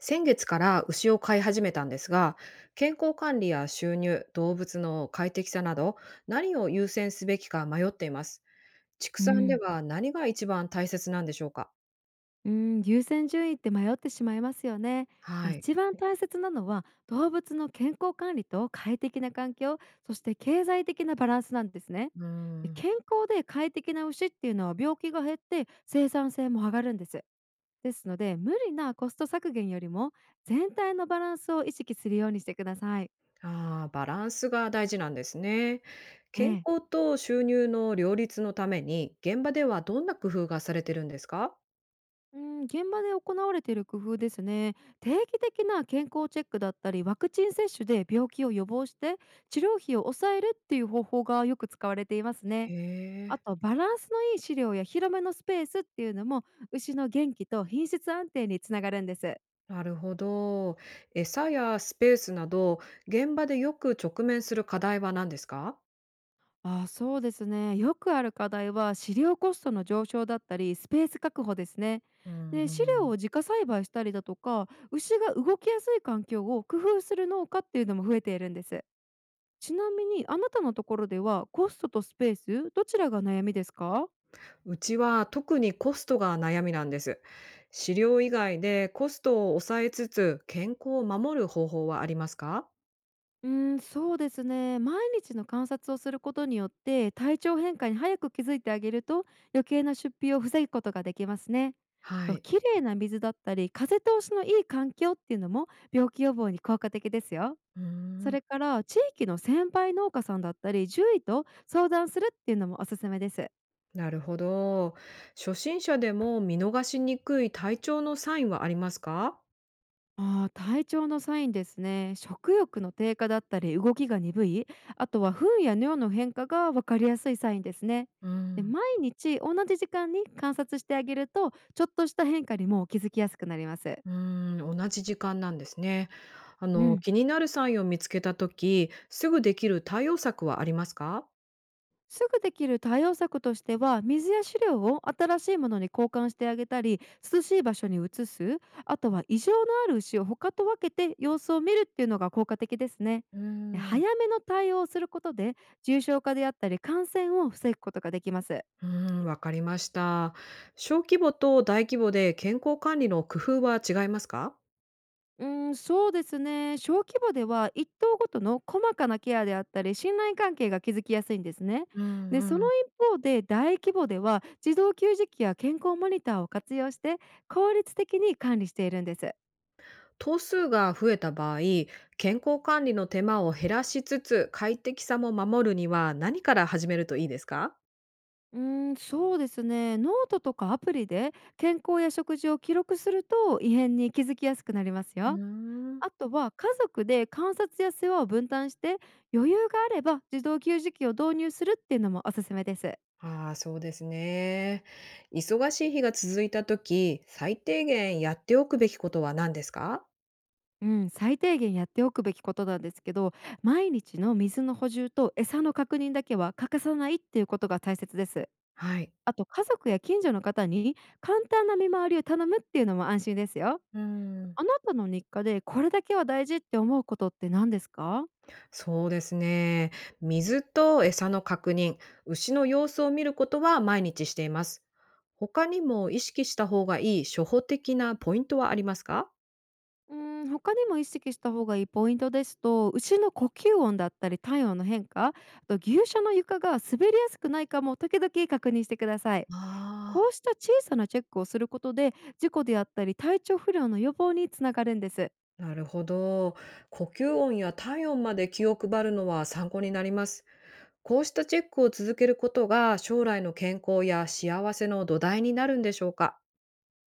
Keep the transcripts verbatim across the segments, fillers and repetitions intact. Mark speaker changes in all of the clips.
Speaker 1: 先月から牛を飼い始めたんですが、健康管理や収入、動物の快適さなど、何を優先すべきか迷っています。畜
Speaker 2: う
Speaker 1: 産で
Speaker 2: ん、
Speaker 1: は何が一番大切なんでしょうか？
Speaker 2: うん、優先順位って迷ってしまいますよね。
Speaker 1: はい。
Speaker 2: 一番大切なのは動物の健康管理と快適な環境、そして経済的なバランスなんですね。
Speaker 1: うー
Speaker 2: で
Speaker 1: ん。
Speaker 2: 健康で快適な牛っていうのは病気が減って生産性も上がるんです。ですので無理なコスト削減よりも全体のバランスを意識するようにしてください。
Speaker 1: ああ、バランスが大事なんですね。健
Speaker 2: ええ
Speaker 1: 康と収入の両立のために、現場ではどんな工夫がされてるんですか？
Speaker 2: うん、現場で行われている工夫ですね。定期的な健康チェックだったり、ワクチン接種で病気を予防して、治療費を抑えるっていう方法がよく使われています
Speaker 1: へ
Speaker 2: ね。
Speaker 1: え、
Speaker 2: あと、バランスのいい資料や広めのスペースっていうのも、牛の元気と品質安定につながるんです。
Speaker 1: なるほど。餌やスペースなど、現場でよく直面する課題は何ですか？
Speaker 2: ああ、そうですね。よくある課題は、飼料コストの上昇だったり、スペース確保ですね。
Speaker 1: うん
Speaker 2: で、飼
Speaker 1: う
Speaker 2: 料
Speaker 1: ん。
Speaker 2: を自家栽培したりだとか、牛が動きやすい環境を工夫する農家っていうのも増えているんです。ちなみに、あなたのところでは、コストとスペース、どちらが悩みですか？
Speaker 1: うちは特にコストが悩みなんです。飼料以外でコストを抑えつつ健康を守る方法はありますか？
Speaker 2: うーん、そうですね。毎日の観察をすることによって、体調変化に早く気づいてあげると、余計な出費を防ぐことができますね。
Speaker 1: は
Speaker 2: と、
Speaker 1: い。
Speaker 2: 綺麗な水だったり、風通しのいい環境っていうのも、病気予防に効果的ですよ。
Speaker 1: うー
Speaker 2: そ
Speaker 1: ん、
Speaker 2: れから、地域の先輩農家さんだったり、獣医と相談するっていうのもおすすめです。
Speaker 1: なるほど。初心者でも見逃しにくい体調のサインはありますか？
Speaker 2: ああ、体調のサインですね。食欲の低下だったり、動きが鈍い、あとは糞や尿の変化が分かりやすいサインですね。
Speaker 1: う
Speaker 2: で、
Speaker 1: ん。
Speaker 2: 毎日同じ時間に観察してあげると、ちょっとした変化にも気づきやすくなります。
Speaker 1: うーん、同じ時間なんですね。あ
Speaker 2: う
Speaker 1: の、
Speaker 2: ん、
Speaker 1: 気になるサインを見つけたとき、すぐできる対応策はありますか？
Speaker 2: すぐできる対応策としては、水や飼料を新しいものに交換してあげたり、涼しい場所に移す、あとは異常のある牛を他と分けて様子を見るっていうのが効果的ですね。
Speaker 1: うー
Speaker 2: で、
Speaker 1: ん。
Speaker 2: 早めの対応をすることで、重症化であったり感染を防ぐことができます。
Speaker 1: うーん、わかりました。小規模と大規模で健康管理の工夫は違いますか？
Speaker 2: うん、そうですね。小規模では一頭ごとの細かなケアであったり信頼関係が築きやすいんですね。
Speaker 1: うんう
Speaker 2: で、その
Speaker 1: ん。
Speaker 2: 一方で大規模では自動給食器や健康モニターを活用して効率的に管理しているんです。
Speaker 1: 頭数が増えた場合、健康管理の手間を減らしつつ、快適さも守るには何から始めるといいですか？
Speaker 2: うん、そうですね。ノートとかアプリで健康や食事を記録すると異変に気づきやすくなります
Speaker 1: うー
Speaker 2: よ。
Speaker 1: ん。
Speaker 2: あとは家族で観察や世話を分担して、余裕があれば自動給食器を導入するっていうのもおすすめです。
Speaker 1: ああ、そうですね。忙しい日が続いた時、最低限やっておくべきことは何ですか？
Speaker 2: うん、最低限やっておくべきことなんですけど、毎日の水の補充と餌の確認だけは欠かさないっていうことが大切です。
Speaker 1: はい。
Speaker 2: あと、家族や近所の方に簡単な見回りを頼むっていうのも安心ですよ。
Speaker 1: うん。
Speaker 2: あなたの日課でこれだけは大事って思うことって何ですか？
Speaker 1: そうですね。水と餌の確認、牛の様子を見ることは毎日しています。他にも意識した方がいい初歩的なポイントはありますか？
Speaker 2: うん、他にも意識した方がいいポイントですと、牛の呼吸音だったり体温の変化、あと牛舎の床が滑りやすくないかも時々確認してください。
Speaker 1: あ
Speaker 2: こうした小さなチェックをすることで、事故であったり体調不良の予防につながるんです。
Speaker 1: あ、なるほど。呼吸音や体温まで気を配るのは参考になります。こうしたチェックを続けることが将来の健康や幸せの土台になるんでしょうか？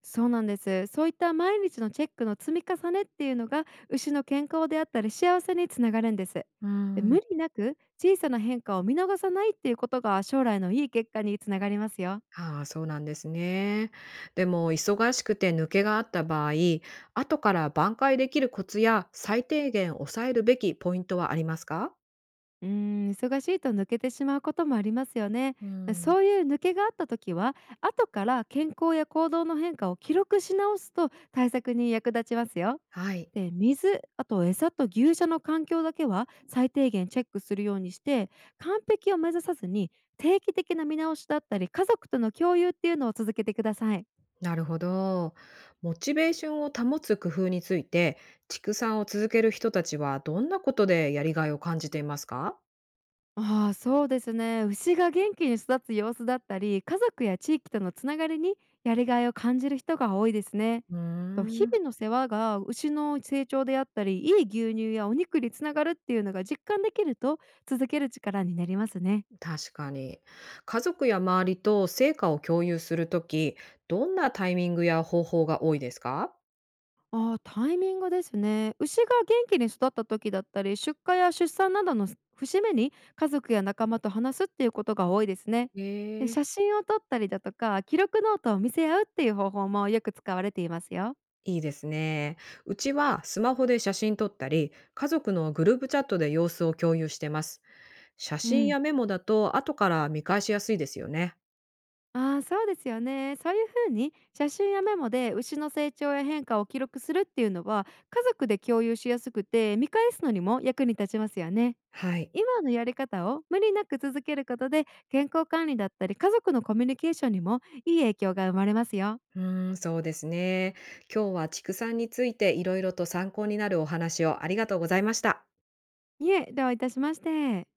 Speaker 2: そうなんです。そういった毎日のチェックの積み重ねっていうのが牛の健康であったり幸せにつながるんです。
Speaker 1: うー
Speaker 2: で、
Speaker 1: ん。
Speaker 2: 無理なく小さな変化を見逃さないっていうことが将来のいい結果につながりますよ。
Speaker 1: ああ、そうなんですね。でも、忙しくて抜けがあった場合、後から挽回できるコツや最低限抑えるべきポイントはありますか？
Speaker 2: うーん、忙しいと抜けてしまうこともありますよね。
Speaker 1: うん、
Speaker 2: そういう抜けがあった時は、後から健康や行動の変化を記録し直すと対策に役立ちますよ。
Speaker 1: はい、
Speaker 2: で、水、あと餌と牛舎の環境だけは最低限チェックするようにして、完璧を目指さずに定期的な見直しだったり、家族との共有っていうのを続けてください。
Speaker 1: なるほど。モチベーションを保つ工夫について、畜産を続ける人たちはどんなことでやりがいを感じていますか？
Speaker 2: ああ、そうですね。牛が元気に育つ様子だったり、家族や地域とのつながりにやりがいを感じる人が多いですね。
Speaker 1: うー
Speaker 2: あと、日
Speaker 1: ん、
Speaker 2: 々の世話が牛の成長であったり、いい牛乳やお肉につながるっていうのが実感できると続ける力になりますね。
Speaker 1: 確かに。家族や周りと成果を共有するとき、どんなタイミングや方法が多いですか？
Speaker 2: ああ、タイミングですね。牛が元気に育った時だったり、出荷や出産などの節目に家族や仲間と話すっていうことが多いですね。で、
Speaker 1: ええ、
Speaker 2: 写真を撮ったりだとか、記録ノートを見せ合うっていう方法もよく使われていますよ。
Speaker 1: いいですね。うちはスマホで写真撮ったり、家族のグループチャットで様子を共有してます。写
Speaker 2: う
Speaker 1: 真
Speaker 2: ん。
Speaker 1: やメモだと後から見返しやすいですよね。
Speaker 2: ああ、そうですよね。そういうふうに写真やメモで牛の成長や変化を記録するっていうのは、家族で共有しやすくて、見返すのにも役に立ちますよね。
Speaker 1: はい。
Speaker 2: 今のやり方を無理なく続けることで健康管理だったり家族のコミュニケーションにもいい影響が生まれますよ。
Speaker 1: うーん、そうですね。今日は畜産についていろいろと参考になるお話をありがとうございました。
Speaker 2: いえ、どういたしまして。